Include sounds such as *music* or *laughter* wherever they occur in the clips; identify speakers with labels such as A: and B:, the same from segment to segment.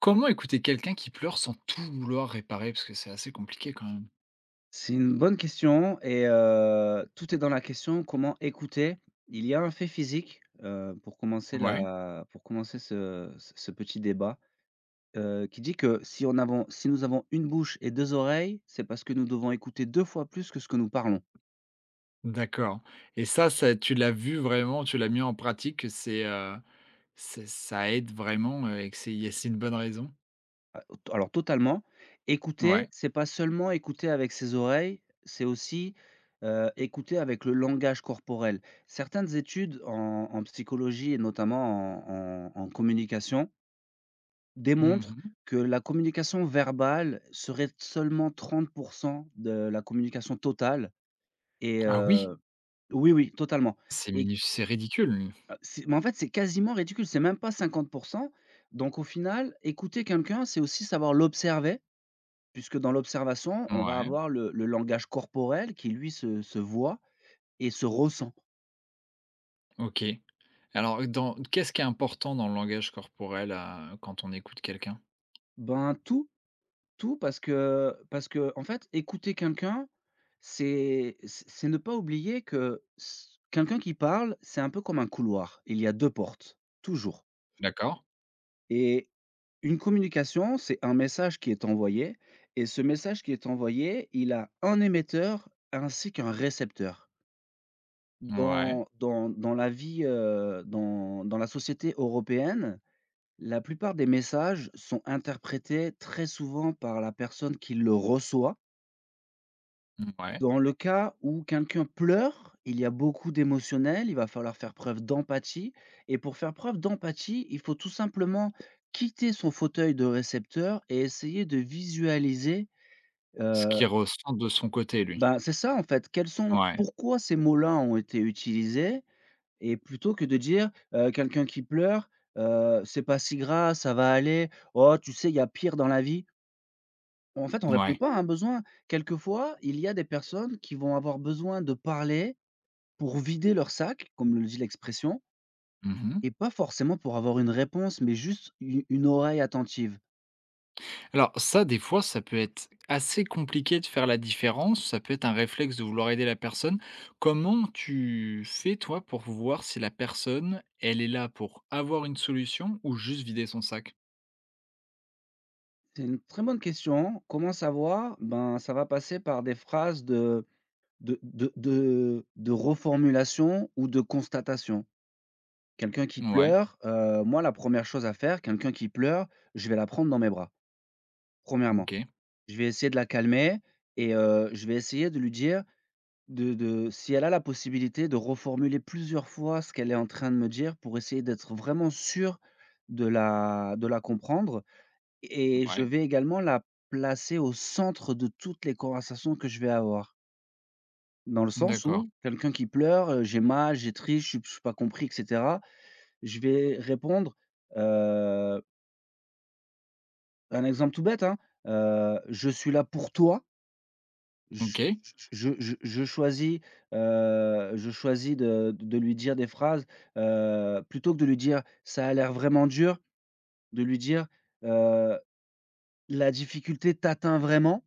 A: Comment écouter quelqu'un qui pleure sans tout vouloir réparer? Parce que c'est assez compliqué quand même.
B: C'est une bonne question et tout est dans la question comment écouter. Il y a un fait physique, pour commencer
A: Ouais.
B: ce petit débat, qui dit que si nous avons une bouche et deux oreilles, c'est parce que nous devons écouter 2 fois plus que ce que nous parlons.
A: D'accord. Et ça, tu l'as vu vraiment, tu l'as mis en pratique, que c'est ça aide vraiment, et que c'est il y a c'est une bonne raison?
B: A t alors totalement, écouter,
A: Ouais.
B: c'est pas seulement écouter avec ses oreilles, c'est aussi, écouter avec le langage corporel. Certaines études en psychologie et notamment en communication démontre
A: Mmh.
B: que la communication verbale serait seulement 30% de la communication totale et
A: Ah oui?
B: oui, oui, totalement. Et
A: C'est ridicule.
B: c'est mais en fait, c'est quasiment ridicule, c'est même pas 50%. Donc au final, écouter quelqu'un, c'est aussi savoir l'observer puisque dans l'observation, on va
A: Ouais.
B: avoir le langage corporel qui lui se voit et se ressent.
A: OK. Alors, dans qu'est-ce qui est important dans le langage corporel, quand on écoute quelqu'un?
B: Ben, tout parce que en fait, écouter quelqu'un, c'est ne pas oublier que s quelqu'un qui parle, c'est un peu comme un couloir. Il y a 2 portes, toujours.
A: D'accord.
B: Et une communication, c'est un message qui est envoyé et ce message qui est envoyé, il a un émetteur ainsi qu'un récepteur.
A: Ouais,
B: Dans la vie, dans la société européenne, la plupart des messages sont interprétés très souvent par la personne qui le reçoit.
A: ouais.
B: Dans le cas où quelqu'un pleure, il y a beaucoup d'émotionnel, il va falloir faire preuve d'empathie et pour faire preuve d'empathie, il faut tout simplement quitter son fauteuil de récepteur et essayer de visualiser,
A: Ce
B: heu,
A: qu'il ressent de son côté, lui.
B: bah, c'est ça en fait, quels sont
A: Ouais.
B: pourquoi ces mots-là ont été utilisés et plutôt que de dire, quelqu'un qui pleure, «C'est pas si grave, ça va aller. Oh, tu sais, il y a pire dans la vie». En fait, on répond
A: Ouais.
B: pas à un besoin. Quelquefois, il y a des personnes qui vont avoir besoin de parler pour vider leur sac, comme le dit l'expression,
A: Mmh.
B: et pas forcément pour avoir une réponse, mais juste u une oreille attentive.
A: Alors ça, des fois, ça peut être assez compliqué de faire la différence, ça peut être un réflexe de vouloir aider la personne. Comment tu fais, toi, pour voir si la personne, elle est là pour avoir une solution ou juste vider son sac?
B: C'est une très bonne question. Comment savoir? Ben, ça va passer par des phrases de reformulation ou de constatation. Quelqu'un qui
A: Ouais.
B: pleure, moi, la première chose à faire, quelqu'un qui pleure, je vais la prendre dans mes bras. Premièrement,
A: OK.
B: je vais essayer de la calmer et je vais essayer de lui dire de si elle a la possibilité de reformuler plusieurs fois ce qu'elle est en train de me dire pour essayer d'être vraiment sûr de la comprendre et je
A: Ouais.
B: vais également la placer au centre de toutes les conversations que je vais avoir. Dans le sens
A: D'accord.
B: où quelqu'un qui pleure, «J'ai mal, j'ai triste, je suis pas compris», et cetera. Je vais répondre, heu, un exemple tout bête, hein, «Je suis là pour toi». J
A: OK.
B: je je je choisis, je choisis de lui dire des phrases, plutôt que de lui dire: «Ça a l'air vraiment dur», de lui dire, heu: «La difficulté t'atteint vraiment»,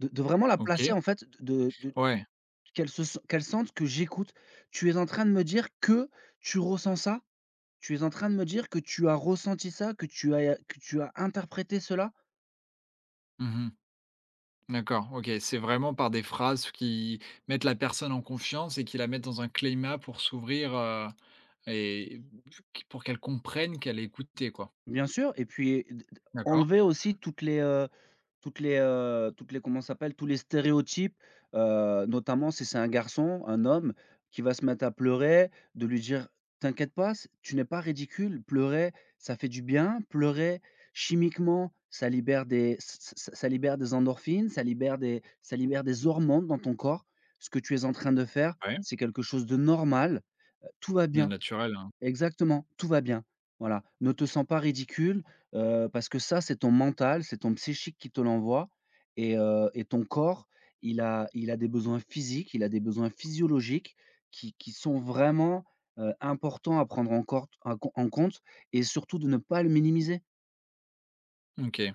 B: de vraiment la placer
A: OK.
B: en fait, de
A: Ouais.
B: qu'elle sente que j'écoute. Tu es en train de me dire que tu ressens ça, tu es en train de me dire que tu as ressenti ça, que tu as interprété cela.
A: Mmh. D'accord. OK. C'est vraiment par des phrases qui mettent la personne en confiance et qui la mettent dans un climat pour s'ouvrir, et pour qu'elle comprenne qu'elle est écoutée, quoi.
B: Bien sûr, et puis d d
A: D'accord.
B: enlever aussi toutes les comment ça s'appelle? Tous les stéréotypes, notamment si c'est un garçon, un homme qui va se mettre à pleurer, de lui dire: «T'inquiète pas, c tu n'es pas ridicule. Pleurer, ça fait du bien. Pleurer chimiquement, ça libère des endorphines, ça libère des hormones dans ton corps. Ce que tu es en train de faire,
A: Ouais.
B: c'est quelque chose de normal, tout va
A: Le
B: bien».
A: naturel, hein.
B: Exactement, tout va bien. Voilà, ne te sens pas ridicule, parce que ça, c'est ton mental, c'est ton psychique qui te l'envoie et ton corps, il a des besoins physiques, il a des besoins physiologiques qui sont vraiment, importants à prendre en compte et surtout de ne pas le minimiser.
A: OK.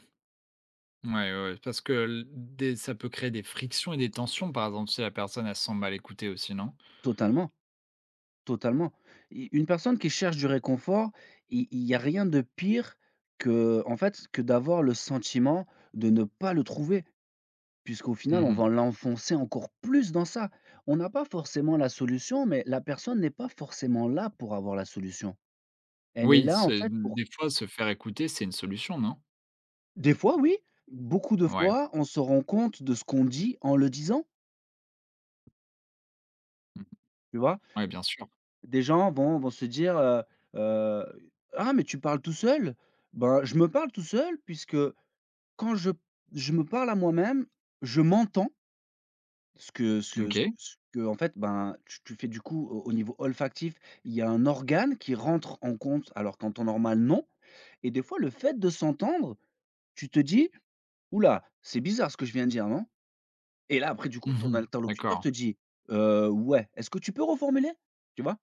A: Ouais, ouais, ouais. Parce que l des ça peut créer des frictions et des tensions, par exemple, si la personne, elle se sent mal écoutée aussi, non?
B: Totalement, totalement. U Une personne qui cherche du réconfort, il y a rien de pire que, en fait, que d'avoir le sentiment de ne pas le trouver. Puisqu'au final, on
A: Mmh.
B: va l'enfoncer encore plus dans ça. On n'a pas forcément la solution, mais la personne n'est pas forcément là pour avoir la solution. Elle est
A: Oui,
B: là, en
A: c'est
B: fait,
A: mmh,
B: pour
A: des fois, se faire écouter, c'est une solution, non?
B: des fois, oui, beaucoup de
A: Ouais.
B: fois, on se rend compte de ce qu'on dit en le disant,
A: Mmh.
B: tu vois?
A: Ouais, bien sûr.
B: Des gens vont se dire, heu: «Ah, mais tu parles tout seul?» Ben, je me parle tout seul puisque quand je me parle à moi-même, je m'entends.
A: OK.
B: Ce qu'en fait, ben, tu fais du coup au niveau olfactif, il y a un organe qui rentre en compte, alors qu'en temps normal, non. Et des fois, le fait de s'entendre, tu te dis: «Oula, c'est bizarre ce que je viens de dire, non?» Et là, après, du coup, ton
A: Mmh.
B: interlocuteur
A: D'accord.
B: te dit: Ouais, est-ce que tu peux reformuler?» Tu vois?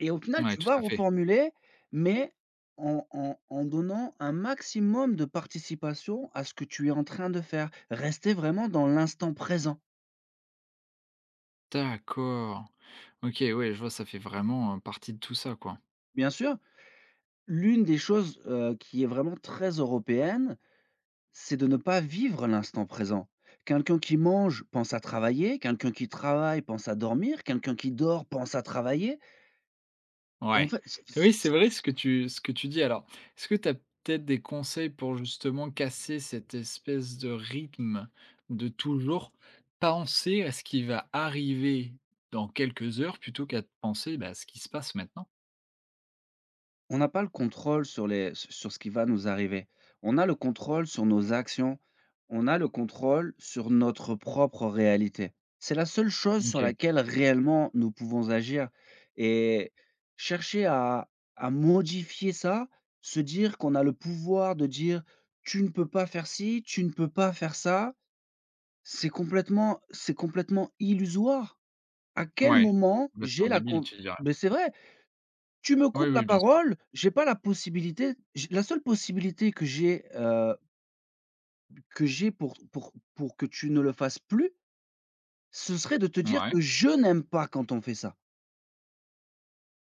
B: Et au final,
A: Ouais,
B: tu
A: tout
B: vas
A: à fait.
B: reformuler, mais en donnant un maximum de participation à ce que tu es en train de faire. Rester vraiment dans l'instant présent.
A: D'accord. OK, ouais, je vois, ça fait vraiment, partie de tout ça, quoi.
B: Bien sûr. L'une des choses, qui est vraiment très européenne, c'est de ne pas vivre l'instant présent. Quelqu'un qui mange pense à travailler, quelqu'un qui travaille pense à dormir, quelqu'un qui dort pense à travailler, et en
A: Ouais.
B: fait, c
A: Oui, c'est vrai ce que tu dis. Alors, est-ce que tu as peut-être des conseils pour justement casser cette espèce de rythme de toujours penser à ce qui va arriver dans quelques heures plutôt qu'à penser, bah, à ce qui se passe maintenant?
B: on n'a pas le contrôle sur ce qui va nous arriver. On a le contrôle sur nos actions, on a le contrôle sur notre propre réalité. C'est la seule chose sur
A: OK.
B: laquelle réellement nous pouvons agir et chercher à modifier ça, se dire qu'on a le pouvoir de dire: «Tu ne peux pas faire ci, tu ne peux pas faire ça», c'est complètement illusoire. À quel
A: Ouais.
B: moment j'ai
A: Complètement
B: la
A: débile,
B: con
A: tu dirais.
B: Mais c'est vrai! Tu me
A: Oui,
B: coupes la
A: oui, bien sûr.
B: parole, j'ai pas la possibilité j la seule possibilité que j'ai pour que tu ne le fasses plus, ce serait de te dire que
A: Ouais.
B: je n'aime pas quand on fait ça.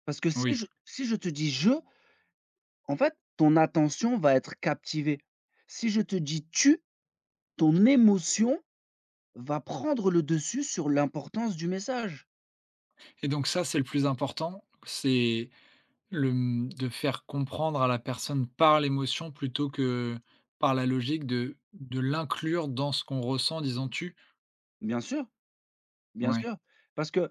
B: Parce que
A: Oui.
B: si je te dis: «Je», en fait, ton attention va être captivée. Si je te dis: «Tu», ton émotion va prendre le dessus sur l'importance du message.
A: Et donc ça, c'est le plus important? De faire comprendre à la personne par l'émotion plutôt que par la logique, de l'inclure dans ce qu'on ressent, disons «Tu».
B: Bien sûr, bien
A: Ouais.
B: sûr, parce que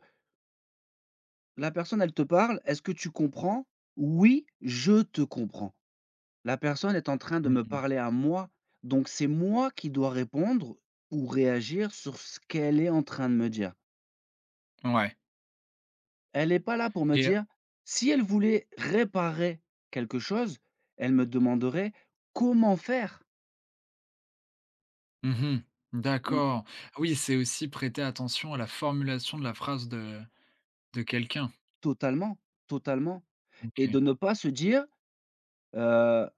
B: la personne, elle te parle: «Est-ce que tu comprends?» «Oui, je te comprends». La personne est en train de me
A: Mmh.
B: parler à moi, donc c'est moi qui dois répondre ou réagir sur ce qu'elle est en train de me dire.
A: Ouais.
B: Elle n'est pas là pour me
A: Et
B: dire, si elle voulait réparer quelque chose, elle me demanderait comment faire?
A: mmh
B: On
A: d'accord. Oui, c'est aussi prêter attention à la formulation de la phrase de quelqu'un.
B: Totalement, totalement. Et
A: OK.
B: de ne pas se dire, heu,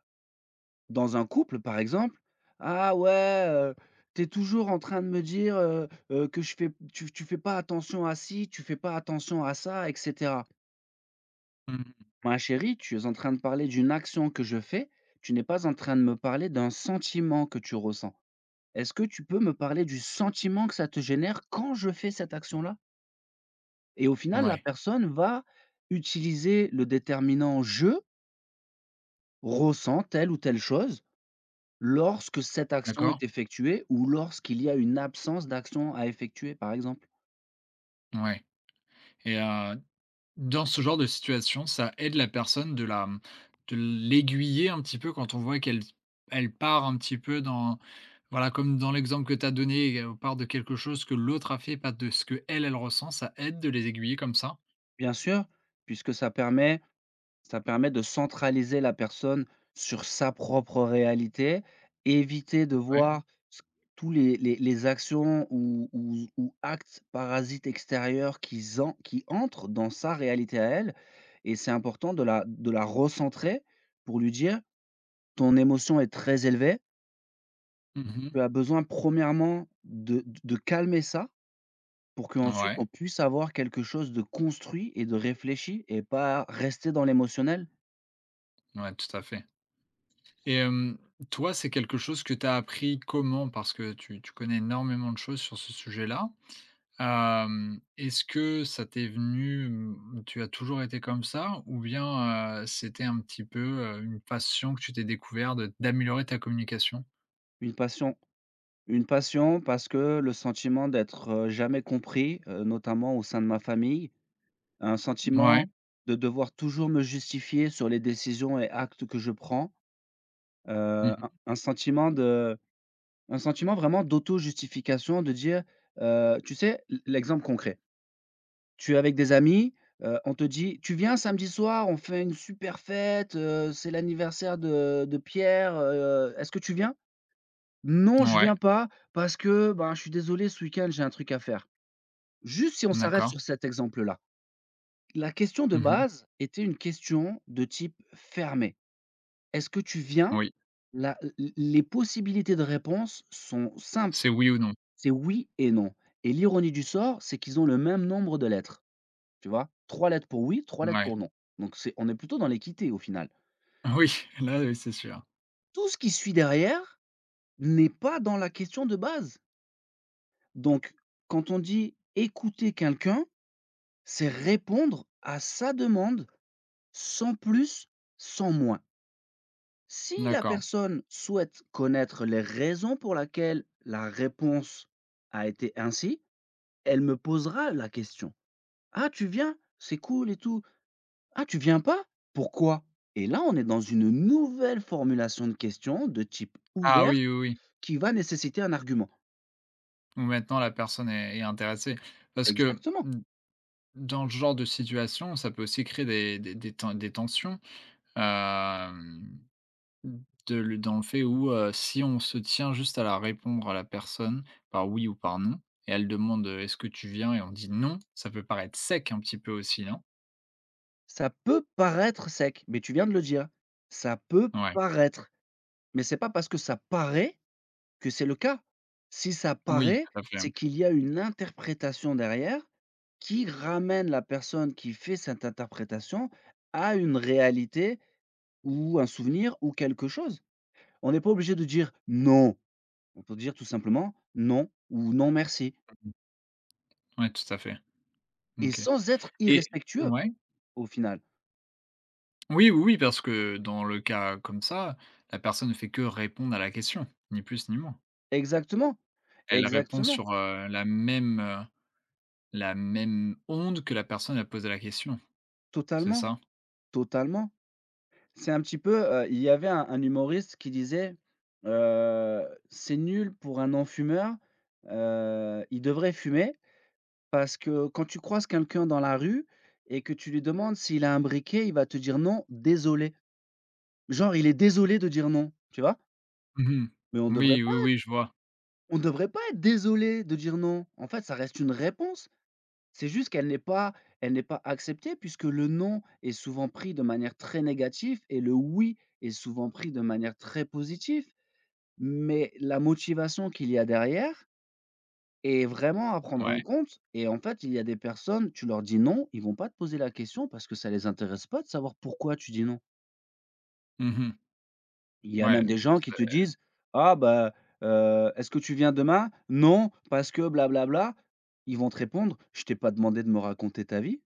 B: dans un couple, par exemple: «Ah ouais, tu toujours en train de me dire, que je fais tu fais pas attention à ci, tu fais pas attention à ça, et cetera».
A: Mmh.
B: Ma chérie, tu es en train de parler d'une action que je fais, tu n'es pas en train de me parler d'un sentiment que tu ressens. Est-ce que tu peux me parler du sentiment que ça te génère quand je fais cette action-là? Et au final, la
A: Ouais,
B: personne va utiliser le déterminant «je ressens telle ou telle chose» lorsque cette action
A: d'accord,
B: est effectuée ou lorsqu'il y a une absence d'action à effectuer, par exemple.
A: ouais. Et dans ce genre de situation, ça aide la personne de la de l'aiguiller un petit peu quand on voit qu'elle elle part un petit peu dans, voilà, comme dans l'exemple que tu as donné, elle part de quelque chose que l'autre a fait, pas de ce que elle ressent, ça aide de les aiguiller comme ça?
B: Bien sûr, puisque ça permet de centraliser la personne sur sa propre réalité, éviter de
A: Ouais.
B: voir ce tous les actions ou actes parasites extérieurs qui entrent dans sa réalité à elle et c'est important de la recentrer pour lui dire: «Ton émotion est très élevée,
A: Mmh.
B: tu as besoin premièrement de calmer ça pour qu'ensuite on
A: Ouais,
B: puisse avoir quelque chose de construit et de réfléchi et pas rester dans l'émotionnel».
A: ouais, tout à fait. Et hem, toi, c'est quelque chose que tu as appris comment? Parce que tu connais énormément de choses sur ce sujet-là. Hem, est-ce que ça t'est venu, mmh, tu as toujours été comme ça ou bien, c'était un petit peu, une passion que tu t'es découvert de d'améliorer ta communication?
B: Une passion une passion parce que le sentiment d'être, jamais compris, notamment au sein de ma famille, un
A: Ouais.
B: sentiment de devoir toujours me justifier sur les décisions et actes que je prends,
A: Mmh.
B: un sentiment de un sentiment vraiment d'auto-justification de dire, tu sais, l'exemple concret, tu es avec des amis, on te dit: «Tu viens samedi soir, on fait une super fête, c'est l'anniversaire de Pierre, est-ce que tu viens?» Non, je
A: Ouais.
B: viens pas parce que, ben, je suis désolé, ce week-end, j'ai un truc à faire. Juste si on s'arrête
A: D'accord.
B: sur cet exemple-là. La question de
A: Mmh.
B: base était une question de type fermé. Est-ce que tu viens?
A: Oui.
B: La l Les possibilités de réponse sont simples,
A: C'est oui ou non.
B: c'est oui et non et l'ironie du sort, c'est qu'ils ont le même nombre de lettres, tu vois? Trois lettres pour oui, trois lettres
A: Ouais.
B: pour
A: *laughs*
B: non. Donc c'est On est plutôt dans l'équité au final.
A: Oui, là, oui, c'est sûr.
B: Tout ce qui suit derrière n'est pas dans la question de base. Donc quand on dit écouter quelqu'un, c'est répondre à sa demande sans plus, sans moins. Si la
A: D'accord.
B: personne souhaite connaître les raisons pour laquelle la réponse a été ainsi, elle me posera la question: «Ah tu viens? C'est cool et tout. Ah tu viens pas? Pourquoi?» Et là, on est dans une nouvelle formulation de question de type
A: Ah
B: ouverte
A: oui, oui, oui.
B: qui va nécessiter un argument.
A: Ou maintenant la personne est intéressée. Parce que,
B: Exactement.
A: d dans ce genre de situation, ça peut aussi créer des des ten des tensions. De le Dans le fait où, si on se tient juste à la répondre à la personne par oui ou par non et elle demande, «Est-ce que tu viens?» et on dit: «Non», ça peut paraître sec un petit peu aussi, non?
B: Ça peut paraître sec, mais tu viens de le dire. Ça peut
A: Ouais.
B: paraître, mais c'est pas parce que ça paraît que c'est le cas. Si ça
A: Oui,
B: paraît,
A: tout à fait.
B: c'est qu'il y a une interprétation derrière qui ramène la personne qui fait cette interprétation à une réalité ou un souvenir ou quelque chose. On n'est pas obligé de dire: «Non». On peut dire tout simplement: «Non» ou «Non merci»,
A: Mmh. Ouais, tout à fait.
B: et
A: OK.
B: sans être
A: Et
B: irrespectueux
A: ouais.
B: au final.
A: Oui, oui, oui, parce que dans le cas comme ça, la personne ne fait que répondre à la question, ni plus ni moins.
B: Exactement,
A: Elle répond
B: exactement,
A: sur, la même onde que la personne a posé la question, c'est
B: totalement,
A: ça?
B: totalement. C'est un petit peu, il y avait un humoriste qui disait, heu: «C'est nul pour un non-fumeur, il devrait fumer», parce que quand tu croises quelqu'un dans la rue et que tu lui demandes s'il a un briquet, il va te dire: «Non, désolé». Genre, il est désolé de dire non, tu vois?
A: Mmh.
B: Mais
A: Oui, oui, oui, je vois.
B: on devrait pas être désolé de dire non. En fait, ça reste une réponse. C'est juste qu'elle n'est pas elle n'est pas acceptée puisque le «non» est souvent pris de manière très négative et le «oui» est souvent pris de manière très positive. Mais la motivation qu'il y a derrière est vraiment à prendre en
A: Ouais.
B: compte et en fait, il y a des personnes, tu leur dis: «Non», ils vont pas te poser la question parce que ça les intéresse pas de savoir pourquoi tu dis: «Non».
A: Mmh.
B: Il y a
A: Ouais,
B: même des gens qui te disent: «Ah bah, est-ce que tu viens demain? Non, parce que blablabla». Ils vont te répondre: «Je t'ai pas demandé de me raconter ta vie».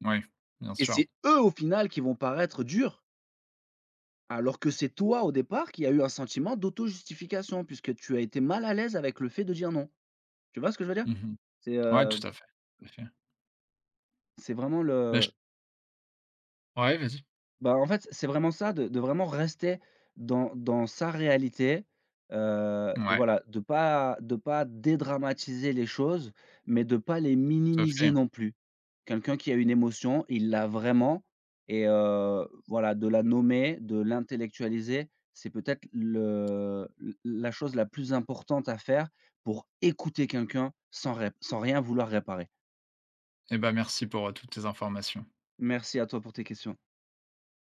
A: c'est ouais, bien
B: Et
A: sûr.
B: c'est eux, au final, qui vont paraître durs, alors que c'est toi, au départ, qui a eu un sentiment d'auto-justification puisque tu as été mal à l'aise avec le fait de dire: «Non». Tu vois ce que je veux dire?
A: Mmh.
B: C'est,
A: Ouais,
B: heu
A: tout à fait, tout à fait.
B: C'est vraiment
A: Bah,
B: le
A: je Ouais, vas-y.
B: Bah, en fait, c'est vraiment ça, de vraiment rester dans sa réalité,
A: Ouais,
B: voilà, de pas dédramatiser les choses, mais de pas les
A: tout à
B: minimiser
A: fait.
B: non plus. Quelqu'un qui a une émotion, il l'a vraiment et voilà, de la nommer, de l'intellectualiser, c'est peut-être le la chose la plus importante à faire pour écouter quelqu'un sans rien vouloir réparer.
A: Et ben, merci pour, toutes tes informations.
B: Merci à toi pour tes questions.